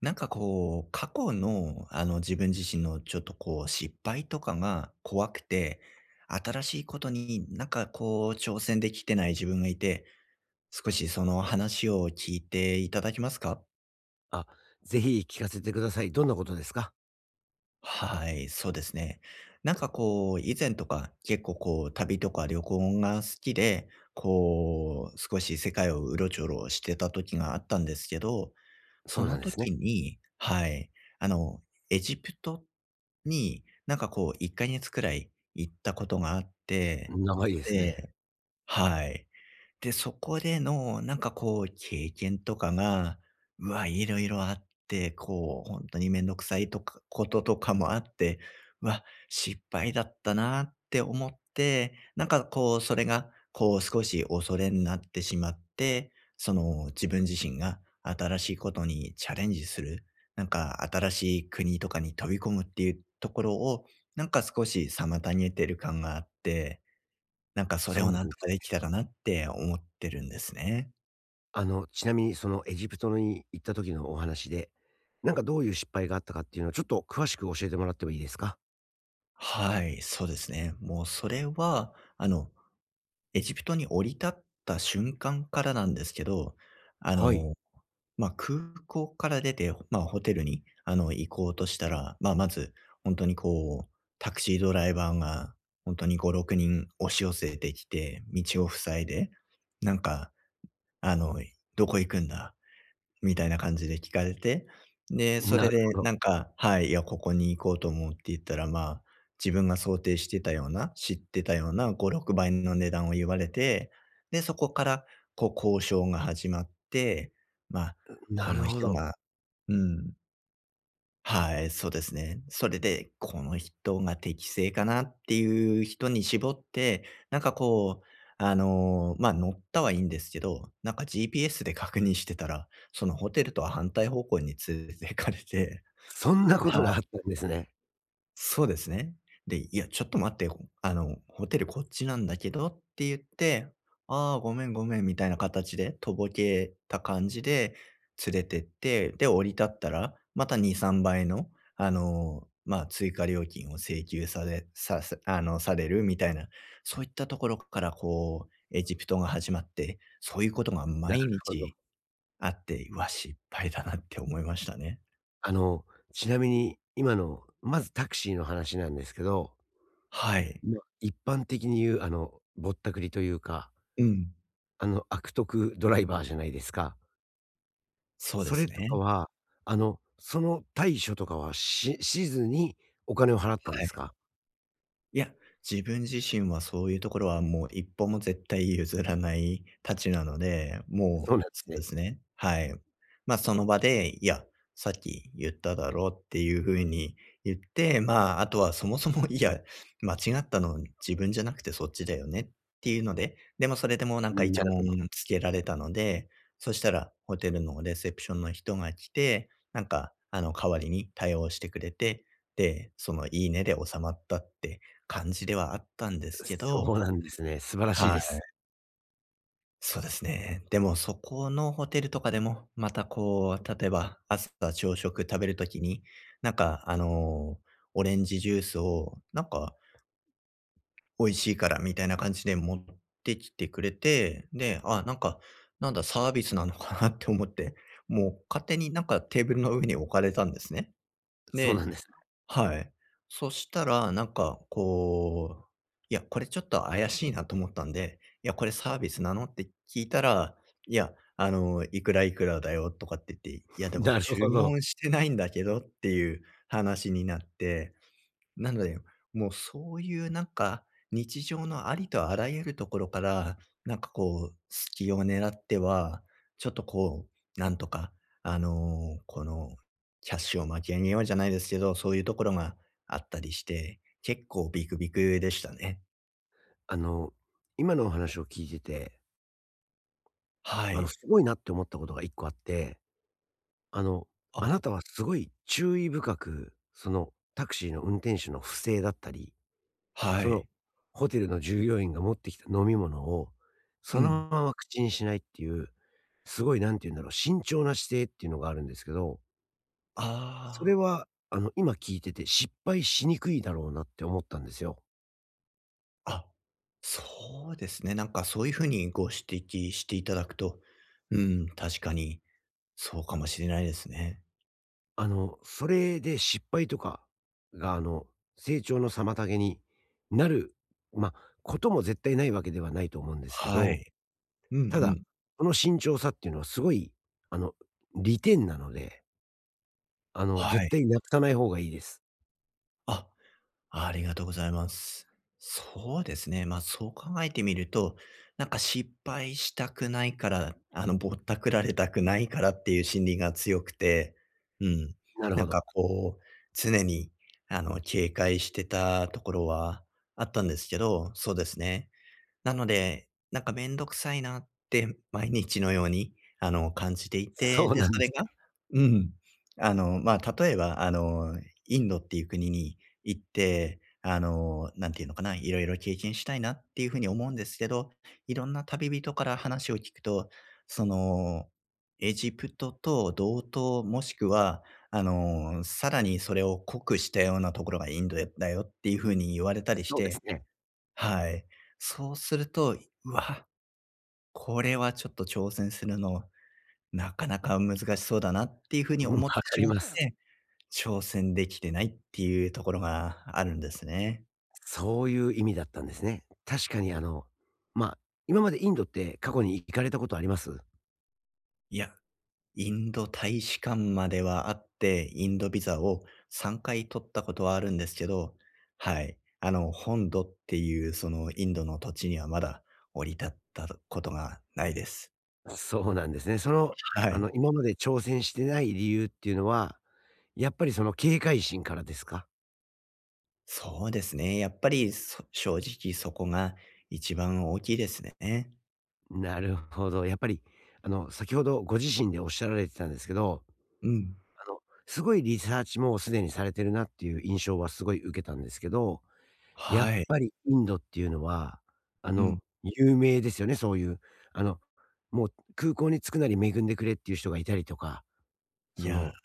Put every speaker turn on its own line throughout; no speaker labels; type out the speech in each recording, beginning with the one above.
なんかこう、過去の自分自身のちょっとこう失敗とかが怖くて、新しいことになんかこう挑戦できてない自分がいて、少しその話を聞いていただけますか？
あ、ぜひ聞かせてください。どんなことですか？
はい、そうですね。なんかこう、以前とか結構こう、旅とか旅行が好きで、こう、少し世界をうろちょろしてた時があったんですけど、
そ
そ
うな
の
んですね。
時に、はい、あの、エジプトになんかこう、1ヶ月くらい行ったことがあって、
長いです
で、
ね。
はい。で、そこでのなんかこう経験とかが、うわ、いろいろあって、こう、本当にめんどくさいとかこととかもあって、うわ、失敗だったなって思って、なんかこう、それが、こう少し恐れになってしまって、その自分自身が新しいことにチャレンジする、なんか新しい国とかに飛び込むっていうところを、なんか少し妨げてる感があって、なんかそれ
そう
を
なん
なんと
で
かで
す。
きたらなって思ってるんですね。
ちなみにそのエジプトに行った時のお話で、なんかどういう失敗があったかっていうのをちょっと詳しく教えてもらってもいいですか？
はい、そうですね。もうそれは、エジプトに降り立った瞬間からなんですけど、あ
はい。
の、まあ、空港から出て、まあ、ホテルに、行こうとしたら、まあ、まず本当にこう、タクシードライバーが本当に5、6人押し寄せてきて、道を塞いで、なんか、あの、「どこ行くんだ？」みたいな感じで聞かれて、で、そ
な
れ
るほ
で
ど。
なんか、はい、いや、ここに行こうと思うって言ったら、まあ、自分が想定してたような、知ってたような5、6倍の値段を言われて、で、そこからこう交渉が始まって、まあ、
な
こ
る
の
ほ
人
ど。
がうん。はい、そうですね。それで、この人が適正かなっていう人に絞って、なんかこう、まあ、乗ったはいいんですけど、なんか GPS で確認してたら、そのホテルとは反対方向に連れて行かれて、
そんなこと
は
があ
い。
ったんですね。
そうですね。で、いや、ちょっと待ってこあの、ホテルこっちなんだけどって言って、ああ、ごめんごめんみたいな形で、とぼけた感じで連れてって、で、降り立ったら、また2、3倍の、まあ、追加料金を請求されささあの、されるみたいな、そういったところからこう、エジプトが始まって、そういうことが
な
毎
るほど。
日あって、うわ、失敗だなって思いましたね。
あの、ちなみに今の、まずタクシーの話なんですけど、
はい。
一般的に言うぼったくりというか、
うん、
悪徳ドライバーじゃないですか。
そうで
それ
す
とか
ね。
は、その対処とかはししずにお金を払ったんで
は
す
い。
か？
いや、自分自身はそういうところはもう一歩も絶対譲らないたちなので、も
そう
う、
なんで
そ
す
うで
ね。
すね。はい。その場で、いや、さっき言っただろうっていう風に言って、まあ、あとはそもそも、いや、間違ったの自分じゃなくてそっちだよねっていうので、でもそれでもなん
う
か
ん、
イチ
な
ャ
る
モ
ほど。
ンつけられたので、そしたらホテルのレセプションの人が来て、なんか代わりに対応してくれて、で、その、いいねで収まったって感じではあったんですけ
そ
ど、
うなんですね。素晴らしい
はい。
です。
そうですね。でもそこのホテルとかでも、またこう、例えば朝食食べるときに、なんかオレンジジュースをなんか美味しいからみたいな感じで持ってきてくれて、で、あ、なんか、なんだサービスなのかなって思って、もう勝手になんかテーブルの上に置かれたんですね。
そうな
で、
んです。
はい。そしたら、なんかこう、いや、これちょっと怪しいなと思ったんで、いや、これサービスなのって聞いたら、いや、いくらいくらだよとかって言って、いや、でも
なる
注
ほど。
文してないんだけどっていう話になって、なので、もうそういうなんか、日常のありとあらゆるところから、なんかこう、隙を狙っては、ちょっとこう、なんとか、あの、この、キャッシュを巻き上げようじゃないですけど、そういうところがあったりして、結構ビクビクでしたね。
あの、今のお話を聞いてて、
はい。
すごいなって思ったことが一個あって、あの、あ
あ、
なたはすごい注意深く、そのタクシーの運転手の不正だったり、
は
その
い。
ホテルの従業員が持ってきた飲み物を、そ
うん。
のまま口にしないっていうすごい何て言うんだろう、慎重な姿勢っていうのがあるんですけど、それ
あ
は今聞いてて失敗しにくいだろうなって思ったんですよ。
あ、あ、そうですね。なんかそういうふうにご指摘していただくと、うん、確かにそうかもしれないですね。
それで失敗とかが、成長の妨げになる、まあ、ことも絶対ないわけではないと思うんですけ
は
ど、
い。うん
た
う
だ、
ん。
この慎重さっていうのはすごい、あの、利点なので、
は
絶
い。
対なくさない方がいいです。
あ、ありがとうございます。そうですね。まあ、そう考えてみると、なんか失敗したくないから、ぼったくられたくないからっていう心理が強くて、うん。
なる
な
ほ
んか
ど。
こう、常に、警戒してたところはあったんですけど、そうですね。なので、なんかめんどくさいなって毎日のように、感じてい
そ
て、
う
で、
なん
そ
で
れ
す
が
ね。
うん。まあ、例えば、インドっていう国に行って、なんていうのかな、いろいろ経験したいなっていうふうに思うんですけど、いろんな旅人から話を聞くと、その、エジプトと同等、もしくは、さらにそれを濃くしたようなところがインドだよっていうふうに言われたりし
そうです
て、
ね。
はい。そうすると、うわ、これはちょっと挑戦するの、なかなか難しそうだなっていう風に
うん、わ
思って
か
し
り
まっ
ます。
て、挑戦できてないっていうところがあるんですね。
そういう意味だったんですね。確かにまあ、今までインドって過去に行かれたことあります？
いや、インド大使館まではあって、インドビザを3回取ったことはあるんですけど、はい。本土っていうそのインドの土地にはまだ降り立ったことがないです。
そうなんですね。
はい。
今まで挑戦してない理由っていうのは、やっぱりその警戒心からですか？
そうですね。やっぱり、正直そこが一番大きいですね。
なるほど。やっぱり、先ほどご自身でおっしゃられてたんですけど、
うん。
あの、すごいリサーチもすでにされてるなっていう印象はすごい受けたんですけど、やっ
は
ぱ
い。
りインドっていうのは、
うん。
有名ですよね、そういう。あの、もう空港に着くなり恵んでくれっていう人がいたりとか、
い
そ
や、
の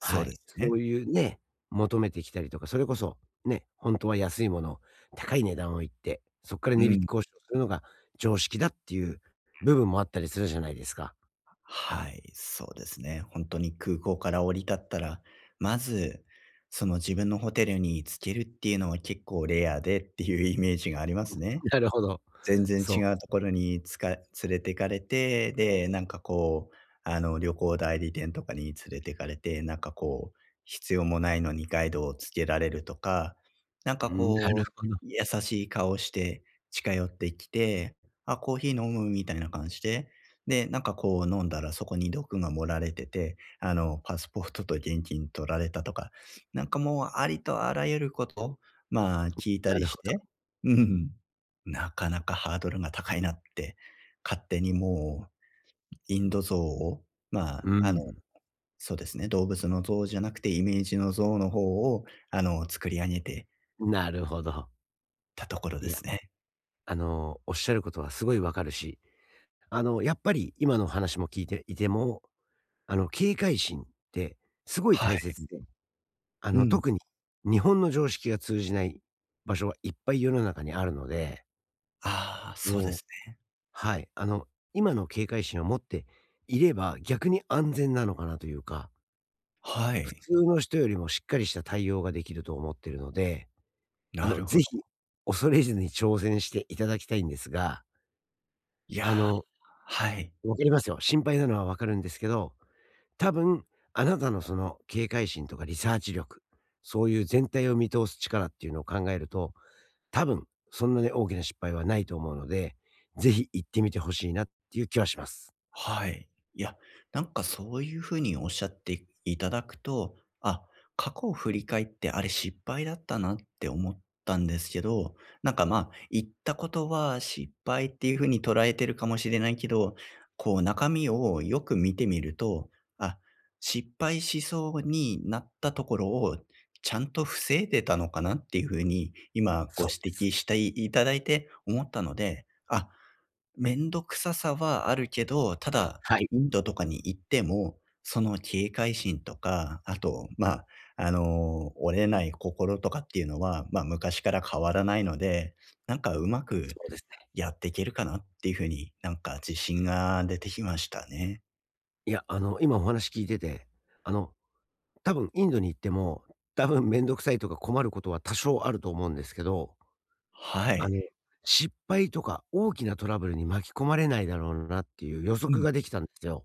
そうで
い、
す
そう
ね。
いうね、求めてきたりとか、それこそ、ね、本当は安いものを高い値段を言って、そこから
う
値引き
ん。
交渉するのが常識だっていう部分もあったりするじゃないですか。
はい、そうですね。本当に空港から降り立ったら、まず、その自分のホテルに着けるっていうのは結構レアでっていうイメージがありますね。
なるほど。
全然
そ
違う
う。
ところに連れてかれて、で、なんかこう、旅行代理店とかに連れてかれて、なんかこう、必要もないのにガイドをつけられるとか、なん
う
か
ん、なる
こう、
ほど、
優しい顔して近寄ってきて、あ、コーヒー飲むみたいな感じで、で、なんかこう飲んだらそこに毒が盛られてて、パスポートと現金取られたとか、なんかもうありとあらゆること、まあ聞いた
な
り
るほ
して、
ど。
うん。なかなかハードルが高いなって、勝手にもう、インド象を、まあ、
うん、
そうですね、動物の像じゃなくて、イメージの像の方を、作り上げて
なるほど。
たところ
い
で
や、
すね。
おっしゃることはすごいわかるし、やっぱり今の話も聞いていても、警戒心ってすごい
は
大
い。
切で、
うん。
特に日本の常識が通じない場所はいっぱい世の中にあるので、
ああ、そうで
もう
すね。
はい、今の警戒心を持っていれば、逆に安全なのかなというか、
は
普
い。
通の人よりもしっかりした対応ができると思ってるので、
なるほ
ぜ
ど。
ひ恐れずに挑戦していただきたいんですが、
いや
あの、
ー、はい。
分かりますよ。心配なのは分かるんですけど、多分、あなたのその警戒心とかリサーチ力、そういう全体を見通す力っていうのを考えると、多分、そんなに大きな失敗はないと思うので、ぜひ行ってみてほしいなっていう気はします。
はい。いや、なんかそういうふうにおっしゃっていただくと、あ、過去を振り返ってあれ失敗だったなって思ったんですけど、なんかまあ、言ったことは失敗っていうふうに捉えてるかもしれないけど、こう中身をよく見てみると、あ、失敗しそうになったところをちゃんと防いでたのかなっていうふうに今ご
そ
指
うです。
摘していただいて思ったので、めんどくささはあるけど、ただ、
はい。
インドとかに行っても、その警戒心とか、あと、折れない心とかっていうのは、まあ、昔から変わらないので、なんかうまく
そうですね。
やっていけるかなっていう風に、なんか自信が出てきましたね。
いや、今お話聞いてて、あの、多分インドに行っても、多分めんどくさいとか困ることは多少あると思うんですけど、
は
あ
い。
の、失敗とか大きなトラブルに巻き込まれないだろうなっていう予
う
測
ん、
ができたんですよ。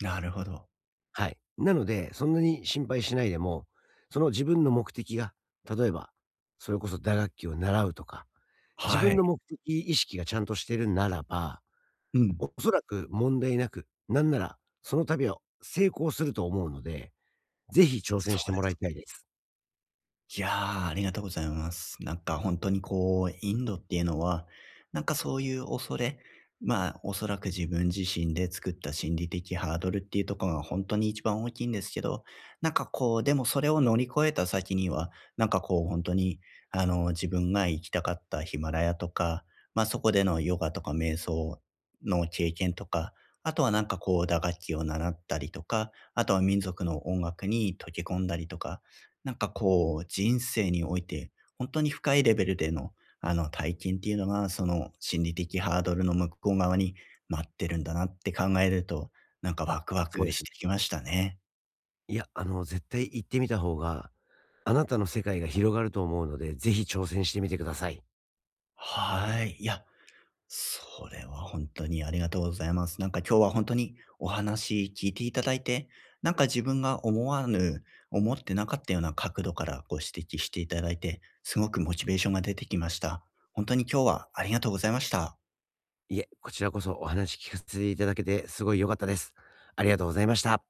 なるほど。
はい。なので、そんなに心配しないでも、その自分の目的が、例えば、それこそ打楽器を習うとか、自
は
分
い。
の目的意識がちゃんとしてるならば、
うん。
おそらく問題なく、なんなら、その旅は成功すると思うので、ぜひ挑戦
そ
して
うで
もら
す。
いたいです。
いやー、ありがとうございます。なんか本当にこう、インドっていうのは、なんかそういう恐れ、まあ、おそらく自分自身で作った心理的ハードルっていうところが本当に一番大きいんですけど、なんかこう、でもそれを乗り越えた先には、なんかこう本当に、自分が行きたかったヒマラヤとか、ま、そこでのヨガとか瞑想の経験とか、あとはなんかこう打楽器を習ったりとか、あとは民族の音楽に溶け込んだりとか、なんかこう、人生において、本当に深いレベルでの、体験っていうのが、その心理的ハードルの向こう側に待ってるんだなって考えると、なんかワクワ
そう
ク
です
し
ね。
てきましたね。
いや、絶対行ってみた方が、あなたの世界が広がると思うので、ぜひ挑戦してみてください。
はい。いや、それは本当にありがとうございます。なんか今日は本当にお話聞いていただいて、なんか自分が思わぬ思ってなかったような角度からご指摘していただいて、すごくモチベーションが出てきました。本当に今日はありがとうございました。
いえ、こちらこそお話聞かせていただけて、すごい良かったです。ありがとうございました。